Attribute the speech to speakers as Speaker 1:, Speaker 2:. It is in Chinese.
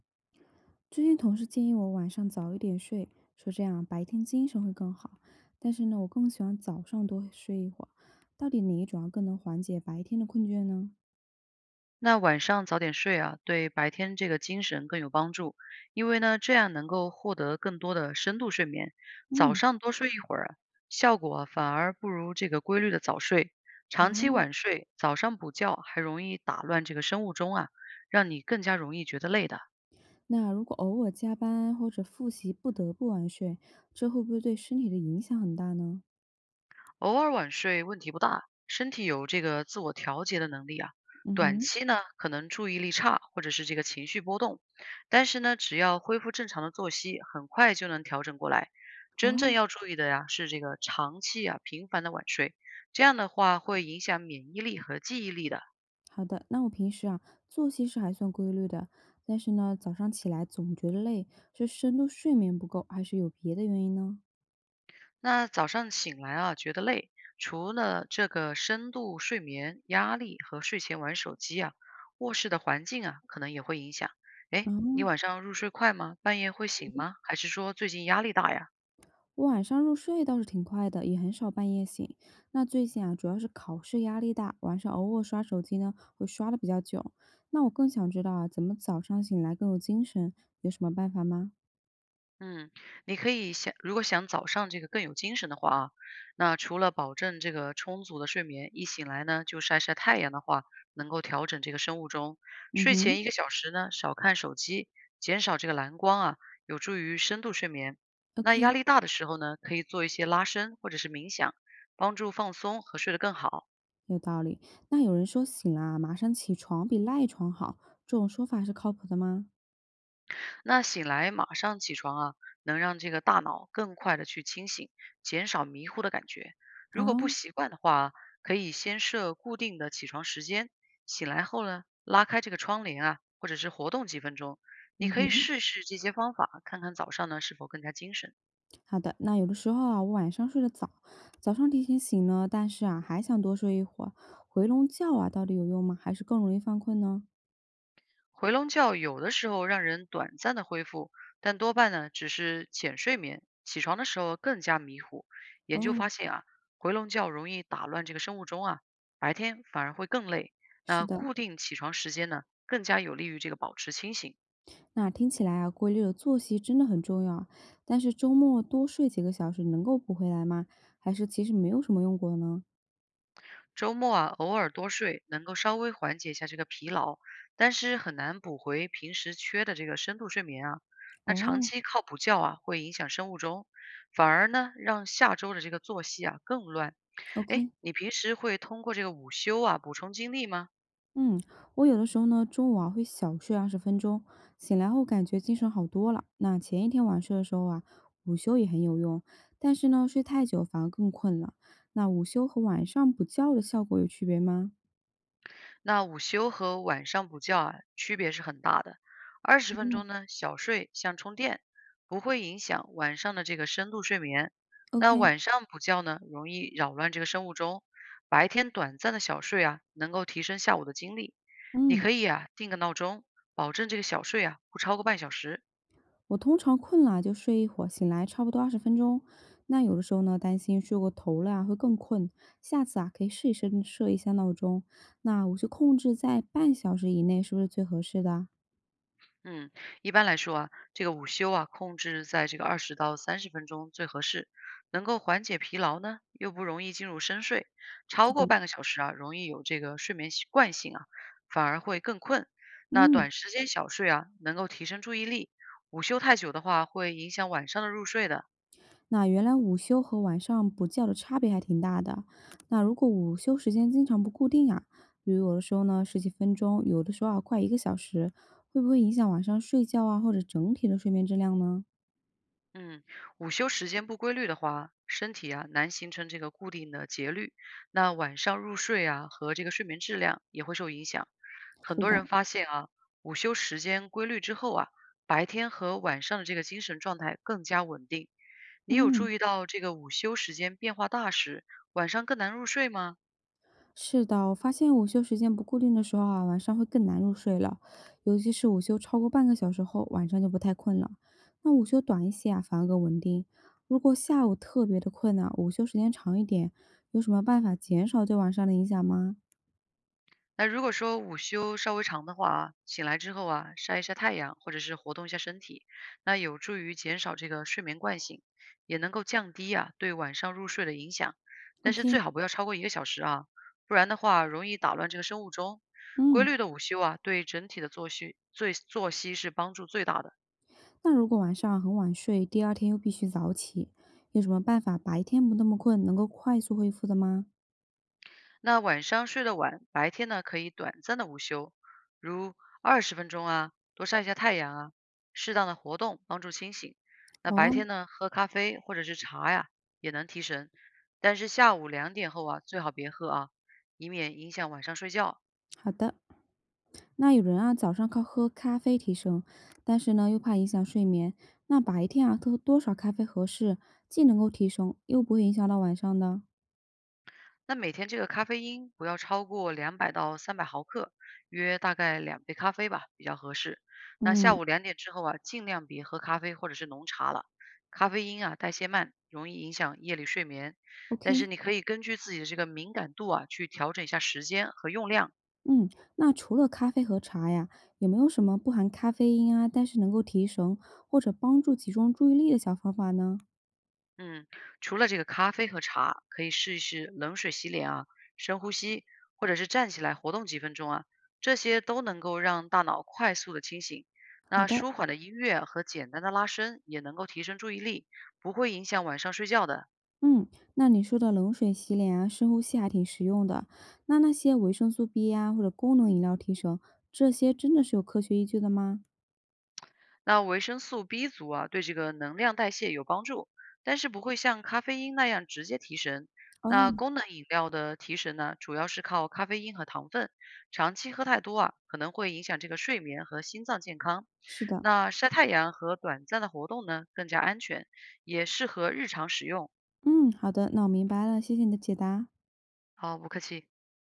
Speaker 1: 最近同事建议我晚上早一点睡，说这样白天精神会更好。但是呢，我更喜欢早上多睡一会儿。到底哪一种啊更能缓解白天的困倦呢？
Speaker 2: 那晚上早点睡啊，对白天这个精神更有帮助，因为呢，这样能够获得更多的深度睡眠。早
Speaker 1: 嗯，
Speaker 2: 上多睡一会儿啊效果啊反而不如这个规律的早睡。
Speaker 1: 啊，
Speaker 2: 长期晚睡，早上补觉还容易打乱这个生物钟啊，让你更加容易觉得累的。
Speaker 1: 那如果偶尔加班或者复习不得不晚睡，这会不会对身体的影响很大呢？
Speaker 2: 偶尔晚睡问题不大，身体有这个自我调节的能力啊。
Speaker 1: 嗯
Speaker 2: 短
Speaker 1: 哼，
Speaker 2: 期呢，可能注意力差或者是这个情绪波动，但是呢，只要恢复正常的作息，很快就能调整过来。
Speaker 1: 啊，
Speaker 2: 真正要注意的呀，是这个长期啊频繁的晚睡，这样的话会影响免疫力和记忆力的。
Speaker 1: 好的。那我平时啊作息是还算规律的，但是呢早上起来总觉得累，是深度睡眠不够，还是有别的原因呢？
Speaker 2: 那早上醒来啊，觉得累，除了这个深度睡眠、压力和睡前玩手机啊，卧室的环境啊，可能也会影响。诶，你
Speaker 1: 啊。
Speaker 2: 晚上入睡快吗？半夜会醒吗？还是说最近压力大呀？
Speaker 1: 我晚上入睡倒是挺快的，也很少半夜醒。那最近啊，主要是考试压力大，晚上偶尔刷手机呢，会刷的比较久。那我更想知道啊，怎么早上醒来更有精神？有什么办法吗？
Speaker 2: 嗯，你可以想，如果想早上这个更有精神的话啊，那除了保证这个充足的睡眠，一醒来呢就晒晒太阳的话，能够调整这个生物钟。
Speaker 1: 嗯
Speaker 2: 睡
Speaker 1: 哼
Speaker 2: 前一个小时呢，少看手机，减少这个蓝光啊，有助于深度睡眠。那压
Speaker 1: ，OK，
Speaker 2: 力大的时候呢，可以做一些拉伸或者是冥想，帮助放松和睡得更好。
Speaker 1: 有道理。那有人说醒了啊，马上起床比赖床好，这种说法是靠谱的吗？
Speaker 2: 那醒来马上起床啊，能让这个大脑更快的去清醒，减少迷糊的感觉。如果不
Speaker 1: 哦，
Speaker 2: 习惯的话，可以先设固定的起床时间，醒来后呢，拉开这个窗帘啊，或者是活动几分钟。你
Speaker 1: 嗯
Speaker 2: 可以
Speaker 1: 哼，
Speaker 2: 试试这些方法，看看早上呢是否更加精神。
Speaker 1: 好的。那有的时候啊，我晚上睡得早，早上提前醒呢，但是啊，还想多睡一会儿。回笼觉啊，到底有用吗？还是更容易犯困呢？
Speaker 2: 回笼觉有的时候让人短暂的恢复，但多半呢只是浅睡眠，起床的时候更加迷糊。研究
Speaker 1: 哦。
Speaker 2: 发现啊，回笼觉容易打乱这个生物钟啊，白天反而会更累。
Speaker 1: 是
Speaker 2: 那
Speaker 1: 的，
Speaker 2: 固定起床时间呢，更加有利于这个保持清醒。
Speaker 1: 那听起来啊，规律的作息真的很重要啊。但是周末多睡几个小时能够补回来吗？还是其实没有什么用过呢？
Speaker 2: 周末啊，偶尔多睡能够稍微缓解一下这个疲劳，但是很难补回平时缺的这个深度睡眠啊。那长
Speaker 1: 哦
Speaker 2: 期靠补觉啊，会影响生物钟，反而呢让下周的这个作息啊更乱。哎，
Speaker 1: ，OK，
Speaker 2: 你平时会通过这个午休啊补充精力吗？
Speaker 1: 嗯，我有的时候呢，中午啊会小睡20分钟，醒来后感觉精神好多了。那前一天晚睡的时候啊，午休也很有用，但是呢，睡太久反而更困了。那午休和晚上补觉的效果有区别吗？
Speaker 2: 那午休和晚上补觉啊区别是很大的。二十分
Speaker 1: 嗯
Speaker 2: 钟呢，小睡像充电，不会影响晚上的这个深度睡眠。那
Speaker 1: ，OK，
Speaker 2: 晚上补觉呢，容易扰乱这个生物钟。白天短暂的小睡啊，能够提升下午的精力。你
Speaker 1: 嗯。
Speaker 2: 可以啊定个闹钟，保证这个小睡啊不超过半小时。
Speaker 1: 我通常困了就睡一会儿，醒来差不多20分钟。那有的时候呢，担心睡过头了啊，会更困。下次啊，可以试一试设一下闹钟，那我就控制在半小时以内，是不是最合适的啊
Speaker 2: 嗯，一般来说啊，这个午休啊，控制在这个20到30分钟最合适，能够缓解疲劳呢，又不容易进入深睡。
Speaker 1: 是
Speaker 2: 超
Speaker 1: 的，
Speaker 2: 过半个小时啊，容易有这个睡眠习惯性啊，反而会更困。那
Speaker 1: 嗯，
Speaker 2: 短时间小睡啊，能够提升注意力。午休太久的话，会影响晚上的入睡的。
Speaker 1: 那原来午休和晚上补觉的差别还挺大的。那如果午休时间经常不固定啊，比如有的时候呢十几分钟，有的时候啊快一个小时，会不会影响晚上睡觉啊，或者整体的睡眠质量呢？
Speaker 2: 嗯，午休时间不规律的话，身体啊难形成这个固定的节律，那晚上入睡啊和这个睡眠质量也会受影响。很
Speaker 1: 是
Speaker 2: 多
Speaker 1: 的。
Speaker 2: 人发现啊，午休时间规律之后啊，白天和晚上的这个精神状态更加稳定。你有注
Speaker 1: 嗯。
Speaker 2: 意到这个午休时间变化大时，晚上更难入睡吗？
Speaker 1: 是的，我发现午休时间不固定的时候啊，晚上会更难入睡了，尤其是午休超过半个小时后，晚上就不太困了。那午休短一些啊，反而更稳定。如果下午特别的困啊，午休时间长一点，有什么办法减少对晚上的影响吗
Speaker 2: 那如果说午休稍微长的话啊醒来之后啊，晒一晒太阳，或者是活动一下身体，那有助于减少这个睡眠惯性，也能够降低啊对晚上入睡的影响。但是
Speaker 1: ？OK，
Speaker 2: 最好不要超过一个小时啊，不然的话容易打乱这个生物钟。规
Speaker 1: 嗯，
Speaker 2: 律的午休啊，对整体的作息是帮助最大的。
Speaker 1: 那如果晚上很晚睡，第二天又必须早起，有什么办法白天不那么困，能够快速恢复的吗？
Speaker 2: 那晚上睡得晚，白天呢可以短暂的午休，如二十分钟啊，多晒一下太阳啊，适当的活动帮助清醒。那白天
Speaker 1: 哦。
Speaker 2: 呢，喝咖啡或者是茶呀，也能提神，但是下午两点后啊，最好别喝啊，以免影响晚上睡觉。
Speaker 1: 好的。那有人啊，早上靠喝咖啡提神，但是呢又怕影响睡眠，那白天啊喝多少咖啡合适，既能够提神，又不会影响到晚上的？
Speaker 2: 那每天这个咖啡因不要超过200到300毫克，约大概2杯咖啡吧，比较合适。那下
Speaker 1: 嗯
Speaker 2: 午两点之后啊，尽量别喝咖啡或者是浓茶了，咖啡因啊代谢慢，容易影响夜里睡眠。但是
Speaker 1: ，OK，
Speaker 2: 你可以根据自己的这个敏感度啊，去调整一下时间和用量。
Speaker 1: 嗯，那除了咖啡和茶呀，有没有什么不含咖啡因啊，但是能够提神或者帮助集中注意力的小方法呢？
Speaker 2: 嗯，除了这个咖啡和茶，可以试一试冷水洗脸啊，深呼吸，或者是站起来活动几分钟啊，这些都能够让大脑快速的清醒。
Speaker 1: 好
Speaker 2: 那
Speaker 1: 的。
Speaker 2: 舒缓的音乐和简单的拉伸也能够提升注意力，不会影响晚上睡觉的。
Speaker 1: 嗯，那你说的冷水洗脸啊，深呼吸还挺实用的。那那些维生素 B 呀，或者功能饮料提神，这些真的是有科学依据的吗？
Speaker 2: 那维生素 B 族啊，对这个能量代谢有帮助，但是不会像咖啡因那样直接提神。
Speaker 1: 哦，
Speaker 2: 那功能饮料的提神呢，主要是靠咖啡因和糖分，长期喝太多啊，可能会影响这个睡眠和心脏健康。
Speaker 1: 是的，
Speaker 2: 那晒太阳和短暂的活动呢，更加安全，也适合日常使用。
Speaker 1: 嗯，好的，那我明白了，谢谢你的解答。
Speaker 2: 好，不客气。